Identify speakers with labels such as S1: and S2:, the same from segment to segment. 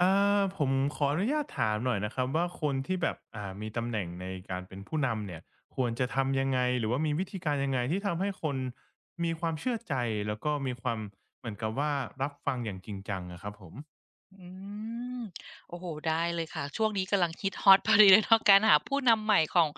S1: อ่าผมขออนุญาตถามหน่อยนะครับว่าคนที่แบบมีตำแหน่งในการเป็นผู้นำเนี่ยควรจะทำยังไงหรือว่ามีวิธีการยังไงที่ทำให้คนมีความเชื่อใจแล้วก็มีความเหมือนกับว่ารับฟังอย่างจริงจังอะครับผม
S2: อืมโอ้โฮได้เลยค่ะช่วงนี้กำลังฮิตฮอต พอดีเลยเนาะการหาผู้นำใหม่ของ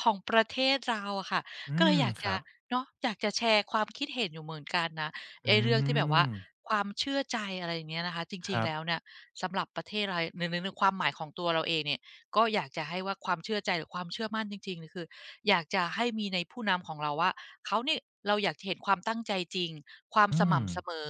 S2: ประเทศเราอะค่ะ
S1: อื
S2: ก็เล
S1: ม
S2: ยอยาก
S1: ค
S2: จะ
S1: รับ
S2: เนาะอยากจะแชร์ความคิดเห็นอยู่เหมือนกันนะไอ้
S1: อื
S2: เรื่องที่แบบว่า
S1: ม
S2: ความเชื่อใจอะไรอย่างเงี้ยนะคะจ
S1: ค
S2: ริง
S1: รั
S2: ๆแล้ว
S1: บ
S2: เนี่ยสำหรับประเทศไรในความหมายของตัวเราเองเนี่ยก็อยากจะให้ว่าความเชื่อใจหรือความเชื่อมั่นจริงๆเนี่ยคืออยากจะให้มีในผู้นำของเราว่าเขาเนี่ยเราอยากจะเห็นความตั้งใจจริง ความส
S1: อืม
S2: ม่ำเสมอ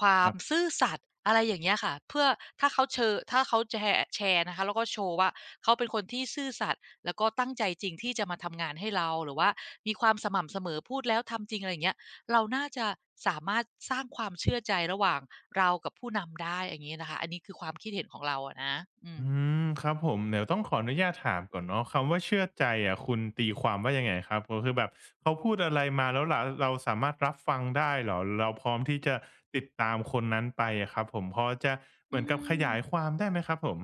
S2: ควา
S1: ค
S2: ม
S1: รับ
S2: ซื่อสัตย์อะไรอย่างเงี้ยค่ะเพื่อถ้าเขาแชร์นะคะแล้วก็โชว์ว่าเขาเป็นคนที่ซื่อสัตย์แล้วก็ตั้งใจจริงที่จะมาทำงานให้เราหรือว่ามีความสม่ำเสมอพูดแล้วทำจริงอะไรอย่างเงี้ยเราน่าจะสามารถสร้างความเชื่อใจระหว่างเรากับผู้นำได้อย่างงี้นะคะอันนี้คือความคิดเห็นของเราอะนะอื
S1: อื
S2: ม
S1: มครับผมเดี๋ยวต้องขออนุญาตถามก่อนเนาะคำว่าเชื่อใจอะคุณตีความว่ายังไงครับก็คือแบบเขาพูดอะไรมาแล้วเราสามารถรับฟังได้เหรอเราพร้อมที่จะติดตามคนนั้นไปอะครับผมพอจะเห
S2: อื
S1: มือนกับขยายค
S2: ม
S1: วามได้ไหมครับผม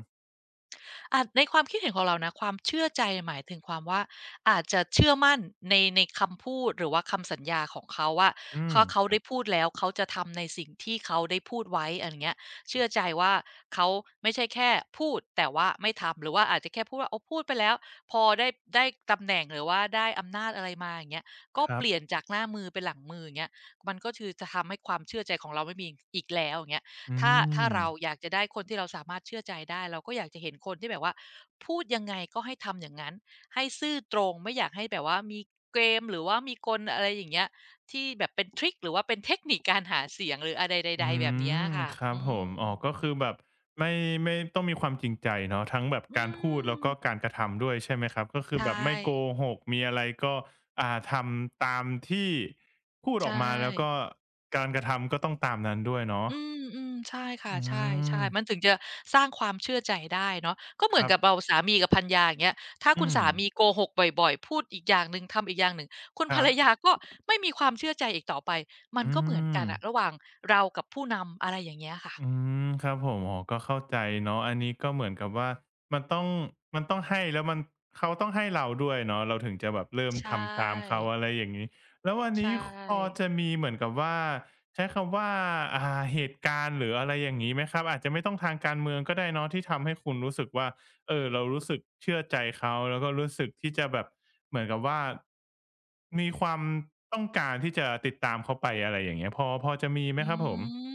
S2: อาจในความคิดเห็นของเรานะความเชื่อใจหมายถึงความว่าอาจจะเชื่อมั่นในคำพูดหรือว่าคำสัญญาของเขาว่า
S1: อืม
S2: ถ้าเขา
S1: ครั
S2: ได้
S1: บ
S2: พูดแล้วเขาจะทำในสิ่งที่เขาได้พูดไว้อะไรอย่างเงี้ยเชื่อใจว่าเขาไม่ใช่แค่พูดแต่ว่าไม่ทำหรือว่าอาจจะแค่พูดว่าอ๋อพูดไปแล้วพอได้ตำแหน่งหรือว่าได้อำนาจอะไรมาอย่างเงี้ยก็
S1: ครั
S2: เป
S1: บ
S2: ลี่ยนจากหน้ามือเป็นหลังมืออย่างเงี้ยมันก็คือจะทำให้ความเชื่อใจของเราไม่มีอีกแล้วอย่างเงี้ย
S1: อื
S2: ถ้าเรา
S1: ม
S2: อยากจะได้คนที่เราสามารถเชื่อใจได้เราก็อยากจะเห็นคนที่แบบว่าพูดยังไงก็ให้ทำอย่างนั้นให้ซื่อตรงไม่อยากให้แบบว่ามีเกมหรือว่ามีกลอะไรอย่างเงี้ยที่แบบเป็นทริกหรือว่าเป็นเทคนิคการหาเสียงหรืออะไร
S1: อื
S2: ใดๆแบบเนี้ย
S1: ม
S2: ค่ะ
S1: ครับ
S2: อื
S1: ผม
S2: ม
S1: อ๋อก็คือแบบไม่ไม่ต้องมีความจริงใจเนาะทั้งแบบ
S2: อื
S1: การพูดแล้ว
S2: ม
S1: ก็การกระทำด้วยใช่ไหมครับก็คือ
S2: ใช่
S1: แบบไม่โกหกมีอะไรก็ทำตามที่พูดอ
S2: ใช่
S1: อกมาแล้วก็การกระทำก็ต้องตามนั้นด้วยเนาะ
S2: อืมอืมใช่ค่ะ
S1: อื
S2: ใช
S1: ม
S2: ่ๆมันถึงจะสร้างความเชื่อใจได้เนาะก็เห
S1: ค
S2: มือน
S1: รั
S2: กับเรา
S1: บ
S2: สามีกับภรรยาอย่างเงี้ยถ้าคุ
S1: อื
S2: ณ
S1: ม
S2: สามีโกหกบ่อยๆพูดอีกอย่างหนึ่งทำอีกอย่างหนึ่งคุณ
S1: ค
S2: ภร
S1: รั
S2: ร
S1: บ
S2: ยาก็ไม่มีความเชื่อใจอีกต่อไปมัน
S1: อื
S2: ก็เหมือนกั
S1: ม
S2: นอะระหว่างเรากับผู้นำอะไรอย่างเงี้ยค่ะ
S1: อืมครับผมอ๋อก็เข้าใจเนาะอันนี้ก็เหมือนกับว่ามันต้องมันต้องให้แล้วมันเขาต้องให้เราด้วยเนาะเราถึงจะแบบเริ่ม
S2: ใช่
S1: ทำตามเขาอะไรอย่างนี้แล้ววัน
S2: ใช่
S1: นี้คพอจะมีเหมือนกับว่าใช้คำว่าอ่าเหตุการณ์หรืออะไรอย่างนี้ไหมครับอาจจะไม่ต้องทางการเมืองก็ได้เนาะที่ทำให้คุณรู้สึกว่าเออเรารู้สึกเชื่อใจเขาแล้วก็รู้สึกที่จะแบบเหมือนกับว่ามีความต้องการที่จะติดตามเขาไปอะไรอย่างเงี้ยพอจะมีไหม
S2: อื
S1: ครับผม
S2: ม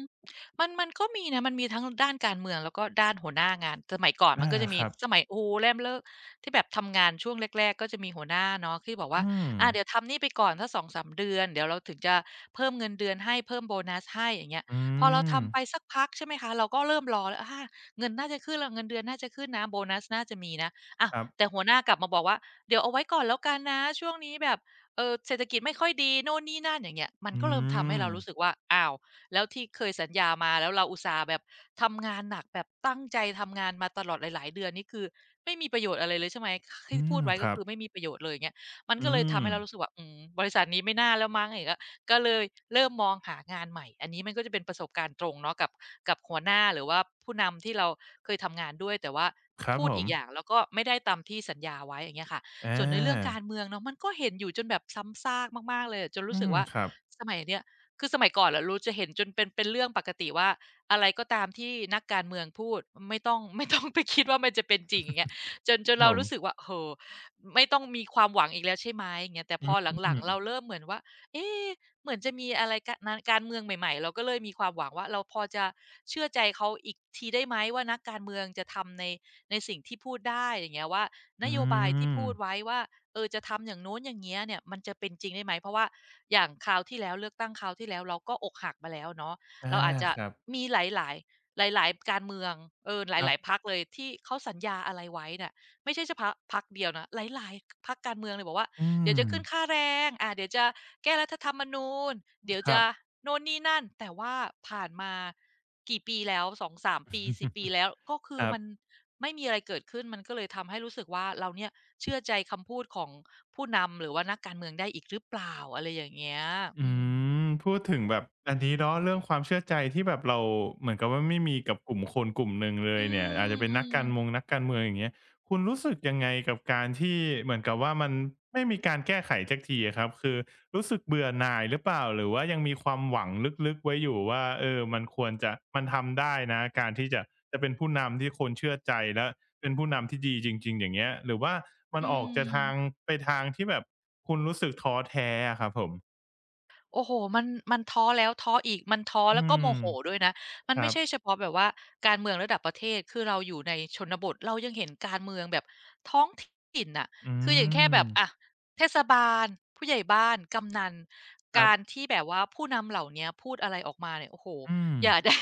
S2: มันก็มีนะมันมีทั้งด้านการเมืองแล้วก็ด้านหัวหน้างานสมัยก่อนมั
S1: อา
S2: นก็จะ
S1: ค
S2: มี
S1: รับ
S2: สมัยโอ้โฮแรมเลิกที่แบบทำงานช่วงแรกๆก็จะมีหัวหน้าเนาะที่บอกว่า
S1: อืม
S2: อาเดี๋ยวทำนี่ไปก่อนสักสองสามเดือนเดี๋ยวเราถึงจะเพิ่มเงินเดือนให้เพิ่มโบนัสให้อย่างเงี้ย
S1: อื
S2: พอเรา
S1: ม
S2: ทำไปสักพักใช่ไหมคะเราก็เริ่มรอแล้วอาเงินน่าจะขึ้นแล้วเงินเดือนน่าจะขึ้นนะโบนัสน่าจะมีนะอ้าว
S1: ครั
S2: แต่
S1: บ
S2: หัวหน้ากลับมาบอกว่าเดี๋ยวเอาไว้ก่อนแล้วกันนะช่วงนี้แบบเศรษฐกิจไม่ค่อยดีโน่นนี่นั่นอย่างเงี้ยมัน
S1: อื
S2: ก็เริ่มทำให้
S1: ม
S2: เรารู้สึกว่าอ้าว แล้วที่เคยสัญญามาแล้วเราอุตส่าห์แบบทำงานหนักแบบตั้งใจทำงานมาตลอดหลายๆเดือนนี่คือไม่มีประโยชน์อะไรเลยใช่ไหม
S1: อื
S2: ที่พู
S1: ม
S2: ดไว้
S1: ค
S2: ก็
S1: รับ
S2: คือไม่มีประโยชน์เลยอย่างเงี้ยมันก็
S1: อื
S2: เลยทำ
S1: ม
S2: ให้เรารู้สึกว่าอืมบริษัทนี้ไม่น่าแล้วมั้งอย่างเงี้ยก็เลยเริ่มมองหางานใหม่อันนี้มันก็จะเป็นประสบการณ์ตรงเนาะกับกับหัวหน้าหรือว่าผู้นำที่เราเคยทำงานด้วยแต่ว่า
S1: ครับ
S2: พูด
S1: ผ
S2: อี
S1: ม
S2: กอย่างแล้วก็ไม่ได้ตามที่สัญญาไว้อย่างเงี้ยค่ะ
S1: อ
S2: ส่วนในเรื่องกา
S1: า
S2: รเมืองเนาะมันก็เห็นอยู่จนแบบซ้ำซากมากๆเลยอะจน
S1: อื
S2: รู้สึก
S1: ม
S2: ว่า
S1: ครับ
S2: สมัยเนี้ย คือสมัยก่อนอะเราจะเห็นจนเป็นเรื่องปกติว่าอะไรก็ตามที่นักการเมืองพูดไม่ต้อง ไม่ต้องไปคิดว่ามันจะเป็นจริงอย่างเงี้ยจนจ
S1: ครั
S2: น
S1: บผ
S2: เรา
S1: ม
S2: รู้สึกว่าโอไม่ต้องมีความหวังอีกแล้วใช่ไหมอย่างเงี้ยแต่พ
S1: อื
S2: อ
S1: ม
S2: หลังๆเราเริ่มเหมือนว่าเอ๊ะเหมือนจะมีอะไรกะนาการเมืองใหม่ๆเราก็เลยมีความหวังว่าเราพอจะเชื่อใจเขาอีกทีได้ไหมว่านักการเมืองจะทำในสิ่งที่พูดได้อย่างเงี้ยว่าน
S1: อื
S2: โยบายที่
S1: ม
S2: พูดไว้ว่า เออจะทำอย่างนู้นอย่างเงี้ยเนี่ยมันจะเป็นจริงได้ไหมเพราะว่าอย่างคราวที่แล้วเลือกตั้งคราวที่แล้วเราก็อกหักมาแล้วเนาะ
S1: อา
S2: เราอาจจะ
S1: ครับ
S2: มีหลายๆหลายๆการเมืองเออห
S1: ครั
S2: ลายๆพ
S1: บ
S2: รรคเลยที่เขาสัญญาอะไรไว้เนี่ยไม่ใช่เฉพาะพรรคเดียวนะหลายๆพรรคการเมืองเลยบอกว่า
S1: อื
S2: เดี๋ยวจะ
S1: ม
S2: ขึ้นค่าแรงเดี๋ยวจะแก้รัฐธรรมนูญเดี๋ยว
S1: ครั
S2: จะ
S1: บ
S2: โน่นนี่นั่นแต่ว่าผ่านมากี่ปีแล้วสองสามปีสิบปี แล้วก็คื
S1: ค
S2: อ
S1: รับ
S2: มันไม่มีอะไรเกิดขึ้นมันก็เลยทำให้รู้สึกว่าเราเนี่ย เชื่อใจคำพูดของผู้นำหรือว่านักการเมืองได้อีกหรือเปล่าอะไรอย่างเงี้ย
S1: อื
S2: อืม
S1: มพูดถึงแบบอันนี้เนาะเรื่องความเชื่อใจที่แบบเราเหมือนกับว่าไม่มีกับกลุ่มคนกลุ่มหนึ่งเล
S2: อื
S1: ยเนี่ยอาจจะเป็น
S2: ม
S1: นักการเมืองอย่างเงี้ยคุณรู้สึกยังไงกับการที่เหมือนกับว่ามันไม่มีการแก้ไขสักทีอะครับคือรู้สึกเบื่อหน่ายหรือเปล่าหรือว่ายังมีความหวังลึกๆไว้อยู่ว่าเออมันควรจะมันทำได้นะการที่จะเป็นผู้นำที่คนเชื่อใจและเป็นผู้นำที่ดีจริงๆอย่างเงี้ยหรือว่ามัน
S2: อืม
S1: ออกจะ
S2: อื
S1: ทาง
S2: ม
S1: ไปทางที่แบบคุณรู้สึกท้อแท้อะครับผม
S2: โอ้โฮมันมันท้อแล้วท้ออีกมันท้อ
S1: อื
S2: แล้วก็โม
S1: ม
S2: โหด้วยนะมั
S1: ค
S2: น
S1: รั
S2: ไม่
S1: บ
S2: ใช่เฉพาะแบบว่าการเมืองระดับประเทศคือเราอยู่ในชนบทเรายังเห็นการเมืองแบบท้องถิ่นน่ะ
S1: อื
S2: คืออย่างแค่
S1: ม
S2: แบบอะเทศบาลผู้ใหญ่บ้านกำนัน
S1: ครั
S2: การ
S1: บ
S2: ที่แบบว่าผู้นำเหล่าเนี้ยพูดอะไรออกมาเนี่ยโอ้โฮ
S1: อืม
S2: อย่า ได้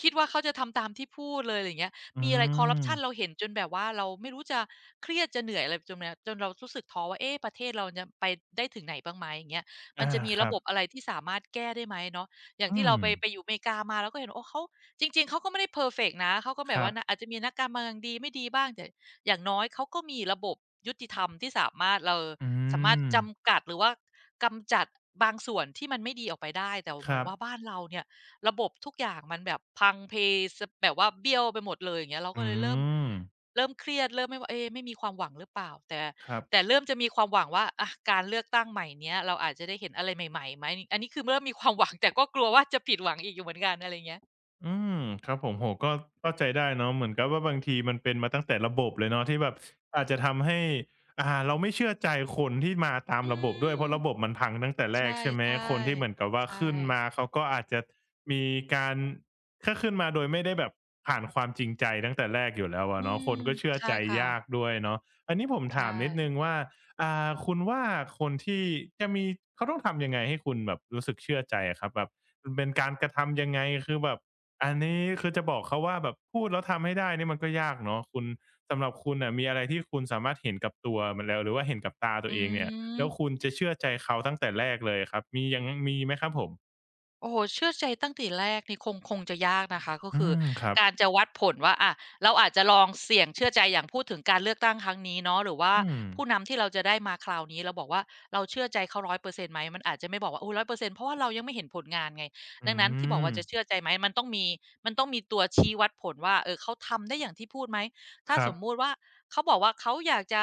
S2: คิดว่าเขาจะทำตามที่พูดเลยอะไรเงี้ย
S1: อื
S2: มีอะไรคอร์รัป
S1: ม
S2: ชันเราเห็นจนแบบว่าเราไม่รู้จะเครียดจะเหนื่อยอะไรจนเรารู้สึกท้อว่าเอ๊ะประเทศเราจะไปได้ถึงไหนบ้างไหมอย่างเงี้ย มัน
S1: อา
S2: จะมี
S1: ค
S2: ระ
S1: รั
S2: บ
S1: บ
S2: บอะไรที่สามารถแก้ได้ไหมเนาะอย่าง
S1: อื
S2: ที่เรา
S1: ม
S2: ไปอยู่อเมริกามาเราก็เห็นโอ้เขาจริงๆ เขาก็ไม่ได้เพอร์เฟกต์นะเขาก็แบ
S1: ค
S2: บ
S1: รั
S2: ว่า
S1: บ
S2: นอาจจะมีนักการเมืองดีไม่ดีบ้างแต่อย่างน้อยเขาก็มีระบบยุติธรรมที่สามารถ
S1: อื
S2: สามารถ
S1: ม
S2: จำกัดหรือว่ากำจัดบางส่วนที่มันไม่ดีออกไปได้แต่
S1: ค
S2: เหมือ
S1: รั
S2: น
S1: บ
S2: ว่าบ้านเราเนี่ยระบบทุกอย่างมันแบบพังเพสแบบว่าเบี้ยวไปหมดเลยอย่างเงี้ยเราก็
S1: อื
S2: เลยเริ่ม
S1: ม
S2: เริ่มเครียดเริ่มไม่ว่าเอ๊ไม่มีความหวังหรือเปล่าแต่
S1: ครับ
S2: แต่เริ่มจะมีความหวังว่าอะการเลือกตั้งใหม่เนี้ยเราอาจจะได้เห็นอะไรใหม่ๆไหมอันนี้คือเริ่มมีความหวังแต่ก็กลัวว่าจะผิดหวังอีกอยู่เหมือนกันอะไรอย่างเงี้ย
S1: อืมครับผมโอ้โฮก็เข้าใจได้เนาะเหมือนกับว่าบางทีมันเป็นมาตั้งแต่ระบบเลยเนาะที่แบบอาจจะทำให้เราไม่เชื่อใจคนที่มาตาม
S2: อื
S1: ระบบด้ว
S2: ม
S1: ยเพราะระบบมันพังตั้งแต่แร
S2: ใช่
S1: กใช่ไหมคนที่เหมือนกับ
S2: ๆ
S1: ว่า
S2: ใช่
S1: ขึ้นมาเขาก็อาจจะมีการถ้าขึ้นมาโดยไม่ได้แบบผ่านความจริงใจตั้งแต่แรกอยู่แล้ว
S2: อื
S1: อะเนาะ
S2: ม
S1: คนก็เชื่อ
S2: ใช่
S1: ใจยาก
S2: ค่ะ
S1: ด้วยเนาะอันนี้ผม
S2: ใช
S1: ถามนิดหนึ่ง
S2: ่
S1: ว่าคุณว่าคนที่จะมีเขาต้องทำยังไงให้คุณแบบรู้สึกเชื่อใจอะครับแบบมันเป็นการกระทำยังไงคือแบบ อันนี้คือจะบอกเขาว่าแบบพูดแล้วทำให้ได้นี่มันก็ยากเนาะคุณสำหรับคุณน่ะมีอะไรที่คุณสามารถเห็นกับตัวมันแล้วหรือว่าเห็นกับตาตั
S2: อื
S1: วเองเนี่ยแล้วคุ
S2: ม
S1: ณจะเชื่อใจเขาตั้งแต่แรกเลยครับมียังมีไหมครับผม
S2: โอ้โฮเชื่อใจตั้งแต่แรกนี่คงจะยากนะคะก็
S1: อื
S2: คือ
S1: มครับ
S2: การจะวัดผลว่าอะเราอาจจะลองเสี่ยงเชื่อใจอย่างพูดถึงการเลือกตั้งครั้งนี้เนาะหรือว่า
S1: อืม
S2: ผู้นำที่เราจะได้มาคราวนี้เราบอกว่าเราเชื่อใจเขา100%ไหมมันอาจจะไม่บอกว่าโอ้100%เปอร์เซ็นต์เพราะว่าเรายังไม่เห็นผลงานไง
S1: อื
S2: ดังนั้นที่บอก
S1: ม
S2: ว่าจะเชื่อใจไหมมันต้องมีมันต้องมีตัวชี้วัดผลว่าเออเขาทำได้อย่างที่พูดไหมถ้า
S1: ครั
S2: ส
S1: บ
S2: มมุติว่าเขาบอกว่าเขาอยากจะ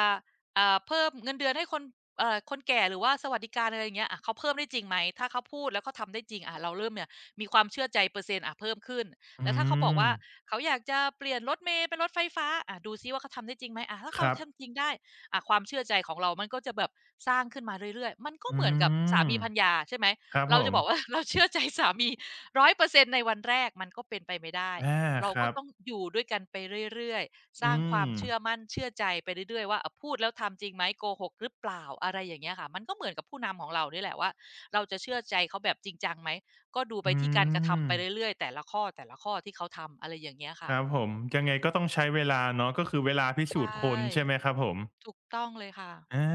S2: เพิ่มเงินเดือนให้คน คนแก่หรือว่าสวัสดิการอะไรอย่างเงี้ยอะเขาเพิ่มได้จริงไหมถ้าเขาพูดแล้วเขาทำได้จริงอะเราเริ่มเนี่ยมีความเชื่อใจเปอร์เซ็นต์อะเพิ่มขึ้น
S1: อื
S2: แล้วถ้าเขาบอก
S1: ม
S2: ว่าเขาอยากจะเปลี่ยนรถเมล์เป็นรถไฟฟ้าอะดูซิว่าเขาทำได้จริงไหมอะถ้า
S1: ค
S2: เขา
S1: รับ
S2: ทำจริงได้อะความเชื่อใจของเรามันก็จะแบบสร้างขึ้นมาเรื่อยๆมันก็
S1: อื
S2: เหมือนกับสา
S1: ม
S2: มีภรรยาใช่ไหม
S1: ครับผ
S2: เราจะ
S1: ม
S2: บอกว่า เราเชื่อใจสามี100%ในวันแรกมันก็เป็นไปไม่ได้
S1: อา
S2: เรา
S1: ค
S2: ก็
S1: รับ
S2: ต้องอยู่ด้วยกันไปเรื่อยๆ สร้า
S1: อื
S2: งควา
S1: ม
S2: มเชื่อมั่นเชื่อใจไปเรื่อยๆว่าอ่ะพูดแล้วทำจริงไหมโกหกหรือเปล่าอะไรอย่างเงี้ยค่ะมันก็เหมือนกับผู้นำของเรานี่แหละว่าเราจะเชื่อใจเขาแบบจริงจังไหมก็ดูไป
S1: อื
S2: ที่การกระ
S1: ม
S2: ทำไปเรื่อยๆแต่ละข้อแต่ละข้อที่เขาทำอะไรอย่างเงี้ย
S1: ค
S2: ค่ะ
S1: รับผมยังไงก็ต้องใช้เวลาเนาะก็คือเวลาพิ
S2: ใช
S1: สูจน์คนใช่
S2: ่
S1: ไหมครับผม
S2: ถูกต้องเลยค่ะ
S1: อา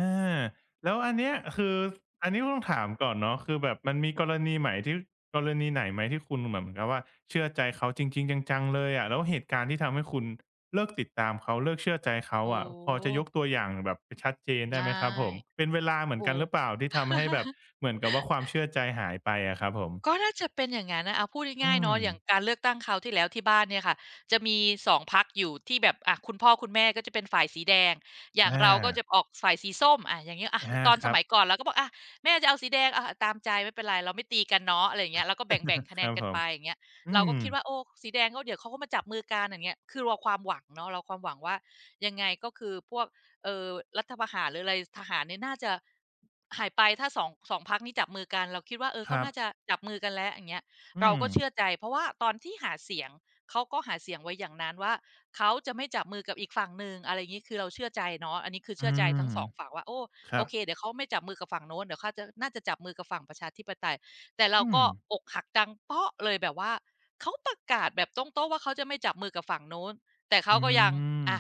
S1: แล้วอันเนี้ยคืออันนี้ต้องถามก่อนเนาะคือแบบมันมีกรณีไหมที่กรณีไหนไหมที่คุณแบบเหมือนกับว่าเชื่อใจเขาจริงๆจังๆเลยอะแล้วเหตุการณ์ที่ทำให้คุณเลิกติดตามเขาเลิกเชื่อใจเขา
S2: โอ้
S1: อะพอจะยกตัวอย่างแบบชัดเจนได้
S2: ได
S1: ไหมค
S2: ้
S1: รับผมเป็นเวลาเหมือน
S2: โอ้
S1: กันหรือเปล่าที่ทำให้แบบ เหมือนกับว่าความเชื่อใจหายไปอะครับผม
S2: ก็น่าจะเป็นอย่างงั้นนะเอาพูด
S1: อื
S2: ง่ายๆ
S1: ม
S2: เนาะอย่างการเลือกตั้งคราวที่แล้วที่บ้านเนี่ยค่ะจะมีสองพรรคอยู่ที่แบบอะคุณพ่อคุณแม่ก็จะเป็นฝ่ายสีแดงอย่าง
S1: อา
S2: เราก็จะออกฝ่ายสีส้มอะอย่างเงี้ยอะ
S1: อา
S2: ตอน
S1: ค
S2: ส
S1: รับ
S2: มัยก่อนเราก็บอกอะแม่จะเอาสีแดงอะตามใจไม่เป็นไรเราไม่ตีกันเนาะอะไรอย่างเงี้ยเราก็แบ่ง ๆคะแน
S1: ค
S2: น
S1: รับ
S2: กั
S1: ผ
S2: น
S1: ม
S2: ไปอย่างเงี้ย
S1: อื
S2: เราก็
S1: ม
S2: คิดว่าโอ้สีแดงก็เดี๋ยวเขาก็มาจับมือกันอย่างเงี้ยคือเราความหวังเนาะเราความหวังว่ายังไงก็คือพวก เอ่อรัฐประหารหรืออะไรทหารเนี่ยน่าจะหายไปถ้าสองพักนี้จับมือกันเราคิดว่าเออ
S1: ค
S2: เขา
S1: รับ
S2: น่าจะจับมือกันแล้วอย่างเงี้ย
S1: อื
S2: เรา
S1: ม
S2: ก็เชื่อใจเพราะว่าตอนที่หาเสียงเขาก็หาเสียงไว้อย่างนั้นว่าเขาจะไม่จับมือกับอีกฝั่งหนึ่งอะไรอย่างงี้คือเราเชื่อใจเนาะอันนี้คือ
S1: อื
S2: เชื่อใจ
S1: ม
S2: ทั้งสองฝั่งว่าโอ้
S1: ค
S2: โอ
S1: รับ
S2: เคเดี๋ยวเขาไม่จับมือกับฝั่งโน้นเดี๋ยวเขาจะน่าจะจับมือกับฝั่งประชาธิปไตยแต่เรา
S1: อืม
S2: ก็อกหักดังเป๊าะเลยแบบว่าเขาประกาศแบบตรงโต๊ะว่าเขาจะไม่จับมือกับฝั่งโน้นแต่เขา
S1: อื
S2: ก็ยัง
S1: ม
S2: อะ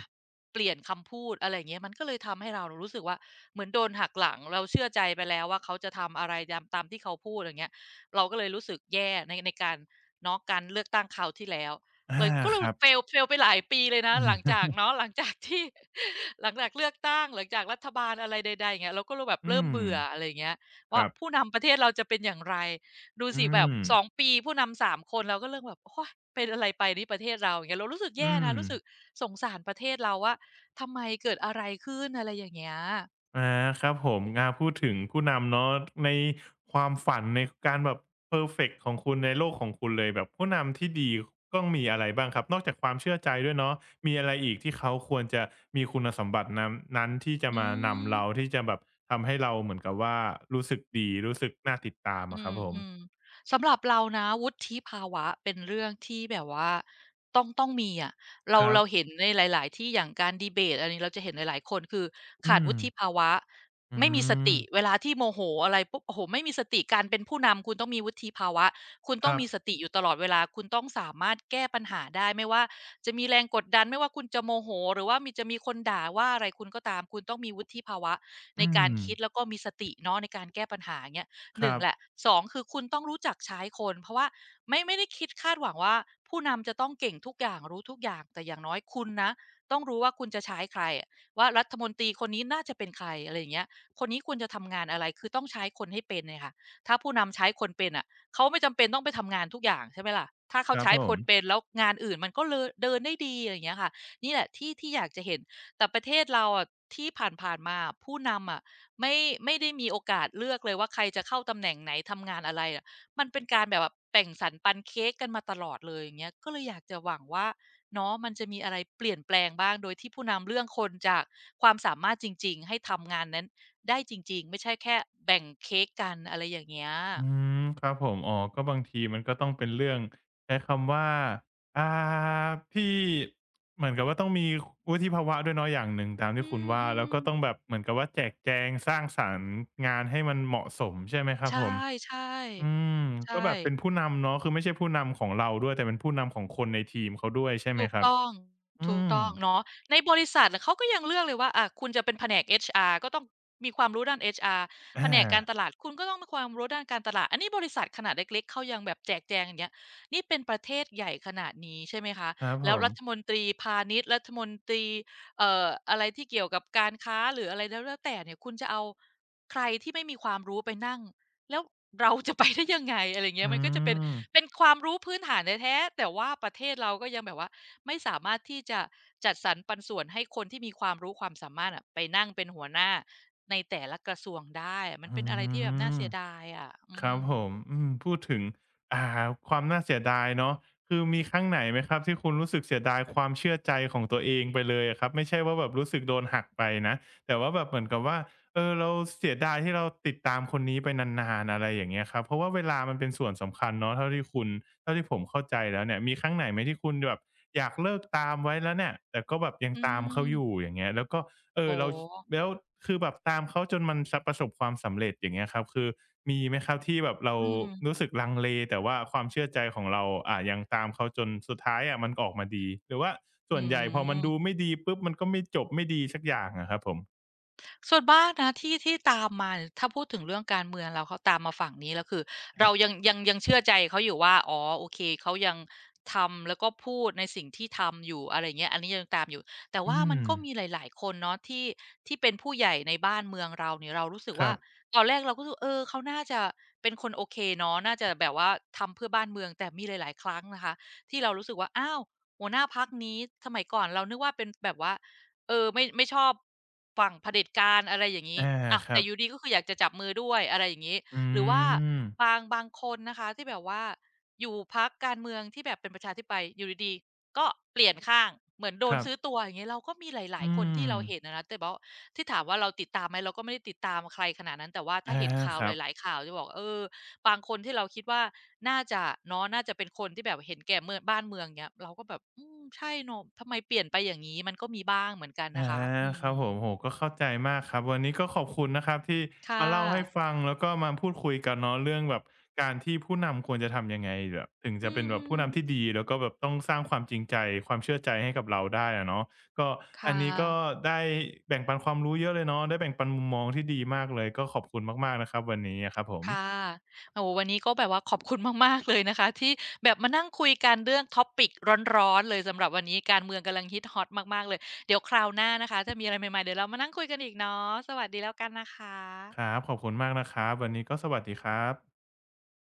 S2: เปลี่ยนคำพูดอะไรอย่างเงี้ยมันก็เลยทำให้เรารู้สึกว่าเหมือนโดนหักหลังเราเชื่อใจไปแล้วว่าเขาจะทำอะไรตามที่เขาพูดอย่างเงี้ยเราก็เลยรู้สึกแย่ในการเนาะการเลือกตั้งคราวที่แล้วเล
S1: อา
S2: ยก็เล
S1: ค
S2: ย
S1: รับ
S2: fail ไปหลายปีเลยนะหลังจาก เนาะหลังจากที่หลังจากเลือกตั้งหลังจากรัฐบาลอะไรใดๆอย่างเงี้ยเราก็เลยแบบ
S1: อื
S2: เริ่ม
S1: ม
S2: เบื่ออะไรอย่างเงี้ย
S1: ค
S2: ว่า
S1: รับ
S2: ผู้นำประเทศเราจะเป็นอย่างไรดู
S1: อื
S2: สิแบบ
S1: ม
S2: สองปีผู้นำ3คนเราก็เริ่มแบบโอ๊ยเป็นอะไรไปนี่ประเทศเราอย่างเงี้ยเรารู้สึกแย่
S1: อื
S2: นะ
S1: ม
S2: รู้สึกสงสารประเทศเราว่า ทำไมเกิดอะไรขึ้นอะไรอย่างเงี้ย
S1: อาครับผมพูดถึงผู้นำเนาะในความฝันในการแบบเพอร์เฟกต์ของคุณในโลกของคุณเลยแบบผู้นำที่ดีต้องมีอะไรบ้างครับนอกจากความเชื่อใจด้วยเนาะมีอะไรอีกที่เขาควรจะมีคุณสมบัตินั้นที่จะ
S2: อื
S1: มานำ
S2: ม
S1: เราที่จะแบบทำให้เราเหมือนกับว่ารู้สึกดีรู้สึกน่าติดตามอะ
S2: อื
S1: ครับ
S2: ม
S1: ผ
S2: อืม
S1: ม
S2: สำหรับเรานะวุฒิภาวะเป็นเรื่องที่แบบว่าต้องมีอะเรา
S1: ครับ
S2: เราเห็นในหลายๆที่อย่างการดีเบตอันนี้เราจะเห็นหลายๆคนคือ
S1: อื
S2: ขาด
S1: ม
S2: วุฒิภาวะ
S1: อื
S2: ไม่มีส
S1: ม
S2: ติเวลาที่โมโหอะไรปุ๊บโอ้โหไม่มีสติการเป็นผู้นำคุณต้องมีวุฒิภาวะคุณ
S1: ค
S2: ต้อง
S1: รับ
S2: มีสติอยู่ตลอดเวลาคุณต้องสามารถแก้ปัญหาได้ไม่ว่าจะมีแรงกดดันไม่ว่าคุณจะโมโหหรือว่ามีจะมีคนด่าว่าอะไรคุณก็ตามคุณต้องมีวุฒิภาวะใน
S1: อื
S2: การ
S1: ม
S2: คิดแล้วก็มีสติเนาะในการแก้ปัญหาเี้ย
S1: ค
S2: หนึ่
S1: รั
S2: ง
S1: บ
S2: แหละ2คือคุณต้องรู้จักใช้คนเพราะว่าไม่ได้คิดคาดหวังว่าผู้นำจะต้องเก่งทุกอย่างรู้ทุกอย่างแต่อย่างน้อยคุณนะต้องรู้ว่าคุณจะใช้ใครอะว่ารัฐมนตรีคนนี้น่าจะเป็นใครอะไรอย่างเงี้ยคนนี้ควรจะทำงานอะไรคือต้องใช้คนให้เป็นเนี่ยค่ะถ้าผู้นำใช้คนเป็นอ่ะเขาไม่จำเป็นต้องไปทำงานทุกอย่างใช่ไหมล่ะถ้า
S1: ค
S2: เขา
S1: รับ
S2: ใช้
S1: ผ
S2: ค
S1: ม
S2: นเป็นแล้วงานอื่นมันก็เลเดินได้ดีอะไรอย่างเงี้ยค่ะนี่แหละที่ที่อยากจะเห็นแต่ประเทศเราอะที่ผ่านๆมาผู้นำอะ ไม่ไม่ได้มีโอกาสเลือกเลยว่าใครจะเข้าตำแหน่งไหนทำงานอะไรอะมันเป็นการแบบแบ่งสรรปันเค้กกันมาตลอดเลยอย่างเงี้ยก็เลยอยากจะหวังว่าเนาะมันจะมีอะไรเปลี่ยนแปลงบ้างโดยที่ผู้นำเรื่องคนจากความสามารถจริงๆให้ทำงานนั้นได้จริงๆไม่ใช่แค่แบ่งเค้กกันอะไรอย่างเงี้ย
S1: อืมครับผมอ๋อก็บางทีมันก็ต้องเป็นเรื่องใช้คำว่าอ่าที่เหมือนกับว่าต้องมีวุฒิภาวะด้วยเนาะอย่างหนึ่งตาม
S2: อื
S1: ที่คุณว่าแล้ว
S2: ม
S1: ก็ต้อง
S2: ๆ
S1: แบบเหมือนกับว่าแจกแจงสร้างสรรค์งานให้มันเหมาะสมใช่ไหมครั
S2: ใช
S1: บผม
S2: ่
S1: อืม
S2: ๆ
S1: ก็
S2: ใช่
S1: แบบเป็นผู้นำเนาะคือไม่ใช่ผู้นำของเราด้วยแต่เป็นผู้นำของคนในทีมเขาด้วยใช่ไหม
S2: ถูก
S1: ครับ
S2: ต้อง
S1: อื
S2: ถูก
S1: ม
S2: ต้องเนาะในบริษัทน่ะเขาก็ยังเลือกเลยว่าอ่าคุณจะเป็นแผนก HR ก็ต้องมีความรู้ด้าน HR แผ
S1: อา
S2: นกการตลาดคุณก็ต้องมีความรู้ด้านการตลาดอันนี้บริษัทขนาดเล็กๆเขายังแบบแจกแจงอย่างเงี้ยนี่เป็นประเทศใหญ่ขนาดนี้ใช่ไหมคะ
S1: ครับผ
S2: แล้ว
S1: ม
S2: รัฐมนตรีพาณิชย์รัฐมนตรีอะไรที่เกี่ยวกับการค้าหรืออะไรแล้วแต่เนี่ยคุณจะเอาใครที่ไม่มีความรู้ไปนั่งแล้วเราจะไปได้ยังไงอะไรอย่างเงี้
S1: อื
S2: ยมันก็จะเป็น
S1: ม
S2: เป็นความรู้พื้นฐานแท้ๆแต่ว่าประเทศเราก็ยังแบบว่า ไม่สามารถที่จะจัดสรรปันส่วนให้คนที่มีความรู้ความสามารถอะไปนั่งเป็นหัวหน้าในแต่ละกระทรวงได้อะมัน
S1: อื
S2: เป็นอะไรที่แบบน่า
S1: ม
S2: เสียดายอะอื
S1: ครับ
S2: ม
S1: ผมอืมพูดถึงอ่าความน่าเสียดายเนาะคือมีครั้งไหนไหมครับที่คุณรู้สึกเสียดายความเชื่อใจของตัวเองไปเลยอะครับไม่ใช่ว่าแบบรู้สึกโดนหักไปนะแต่ว่าแบบเหมือนกับว่าเออเราเสียดายที่เราติดตามคนนี้ไปนานๆอะไรอย่างเงี้ยครับเพราะว่าเวลามันเป็นส่วนสำคัญเนาะเท่าที่ผมเข้าใจแล้วเนี่ยมีครั้งไหนไหมที่คุณแบบอยากเลิกตามไว้แล้วเนี่ยแต่ก็แบบยัง
S2: อื
S1: ตามเขาอยู่
S2: ม
S1: อย่างเงี้ยแล้วก็ เอ
S2: โอ้
S1: อเรา
S2: โฮ
S1: แล้วคือแบบตามเขาจนมันสประสบความสำเร็จอย่างเงี้ยครับคือมีไหมครับที่แบบเรา
S2: อื
S1: รู้
S2: ม
S1: สึกลังเลแต่ว่าความเชื่อใจของเรายังตามเขาจนสุดท้ายอะมันออกมาดีหรือว่า
S2: อื
S1: ส่วนใหญ่พอมันดู
S2: ม
S1: ไม่ดีปุ๊บมันก็ไม่จบไม่ดีสักอย่างอะครับผม
S2: ส่วนมากนะที่ที่ตามมาเนี่ยถ้าพูดถึงเรื่องการเมืองแล้วเขาตามมาฝั่งนี้แล้วคือเรายังเชื่อใจเขาอยู่ว่าอ๋อโอเคเขายังทำแล้วก็พูดในสิ่งที่ทำอยู่อะไรเงี้ยอันนี้ยังตามอยู่แต่
S1: อื
S2: ว่ามั
S1: ม
S2: นก็มีหลายๆคนเนาะที่ที่เป็นผู้ใหญ่ในบ้านเมืองเราเนี่ยเรารู้สึก
S1: ครั
S2: ว่า
S1: บ
S2: ตอนแรกเราก็รู้สึกเออเขาน่าจะเป็นคนโอเคเนาะน่าจะแบบว่าทำเพื่อบ้านเมืองแต่มีหลายๆครั้งนะคะที่เรารู้สึกว่าอ้าวหัวหน้าพักนี้สมัยก่อนเรานึกว่าเป็นแบบว่า เออไม่ชอบฝั่งเผด็จการอะไรอย่างงี้
S1: อา
S2: อ้าว
S1: ครั
S2: แต่
S1: บ
S2: อยู่ดีก็คืออยากจะจับมือด้วยอะไรอย่างงี้
S1: อื
S2: หรือว่า
S1: ม
S2: บางคนนะคะที่แบบว่าอยู่พรรคการเมืองที่แบบเป็นประชาธิปไตยอยู่ดีๆก็เปลี่ยนข้างเหมือนโด
S1: ค
S2: น
S1: รับ
S2: ซื้อตัวอย่างงี้เราก็มีหลา
S1: อื
S2: ยๆคน
S1: ม
S2: ที่เราเห็นอะนะแต่ว่าที่ถามว่าเราติดตามไหมเราก็ไม่ได้ติดตามใครขนาดนั้นแต่ว่า
S1: อะ
S2: ถ้าเห็น
S1: ฮ
S2: ข่า
S1: ค
S2: วห
S1: รั
S2: ลา
S1: บ
S2: ยๆข่าวจะบอกเออ บางคนที่เราคิดว่าน่าจะเนาะน่าจะเป็นคนที่แบบเห็นแก่เมืองบ้านเมืองเนี้ยเราก็แบบอืมใช่เนาะทำไมเปลี่ยนไปอย่างงี้มันก็มีบ้างเหมือนกันนะ
S1: อา
S2: คะอื
S1: ครับ
S2: ม
S1: ผมโหก็เข้าใจมากครับวันนี้ก็ขอบคุณนะครับที่
S2: ค่
S1: มาเล่าให้
S2: ะ
S1: ฟังแล้วก็มาพูดคุยกันเนาะเรื่องแบบการที่ผู้นำควรจะทำยังไงแบบถึง
S2: อื
S1: จะเป็นแบบ
S2: ม
S1: ผู้นำที่
S2: ๆ
S1: ดีแล้วก็แบบต้องสร้างความจริงใจความเชื่อใจให้กับเราได้อะเนาะก็อั
S2: ค่
S1: นนี้ก็
S2: ะ
S1: ได้แบ่งปันความรู้เยอะเลยเนาะได้แบ่งปันมุมมองที่ดีมากเลยก็ขอบคุณมากๆนะครับวันนี้อะครับผม
S2: ค่ะโอ้โฮวันนี้ก็แบบว่าขอบคุณมากๆเลยนะคะที่แบบมานั่งคุยกันเรื่อง topic ร้อนๆเลยสำหรับวันนี้การเมืองกำลังฮิตฮอตมากๆเลยเดี๋ยวคราวหน้านะคะถ้ามีอะไรใหม่ๆเดี๋ยวเรามานั่งคุยกันอีกเนาะสวัสดีแล้วกันนะค
S1: ค
S2: ะ
S1: รับขอบคุณมากนะครับวันนี้ก็สวัสดีครับ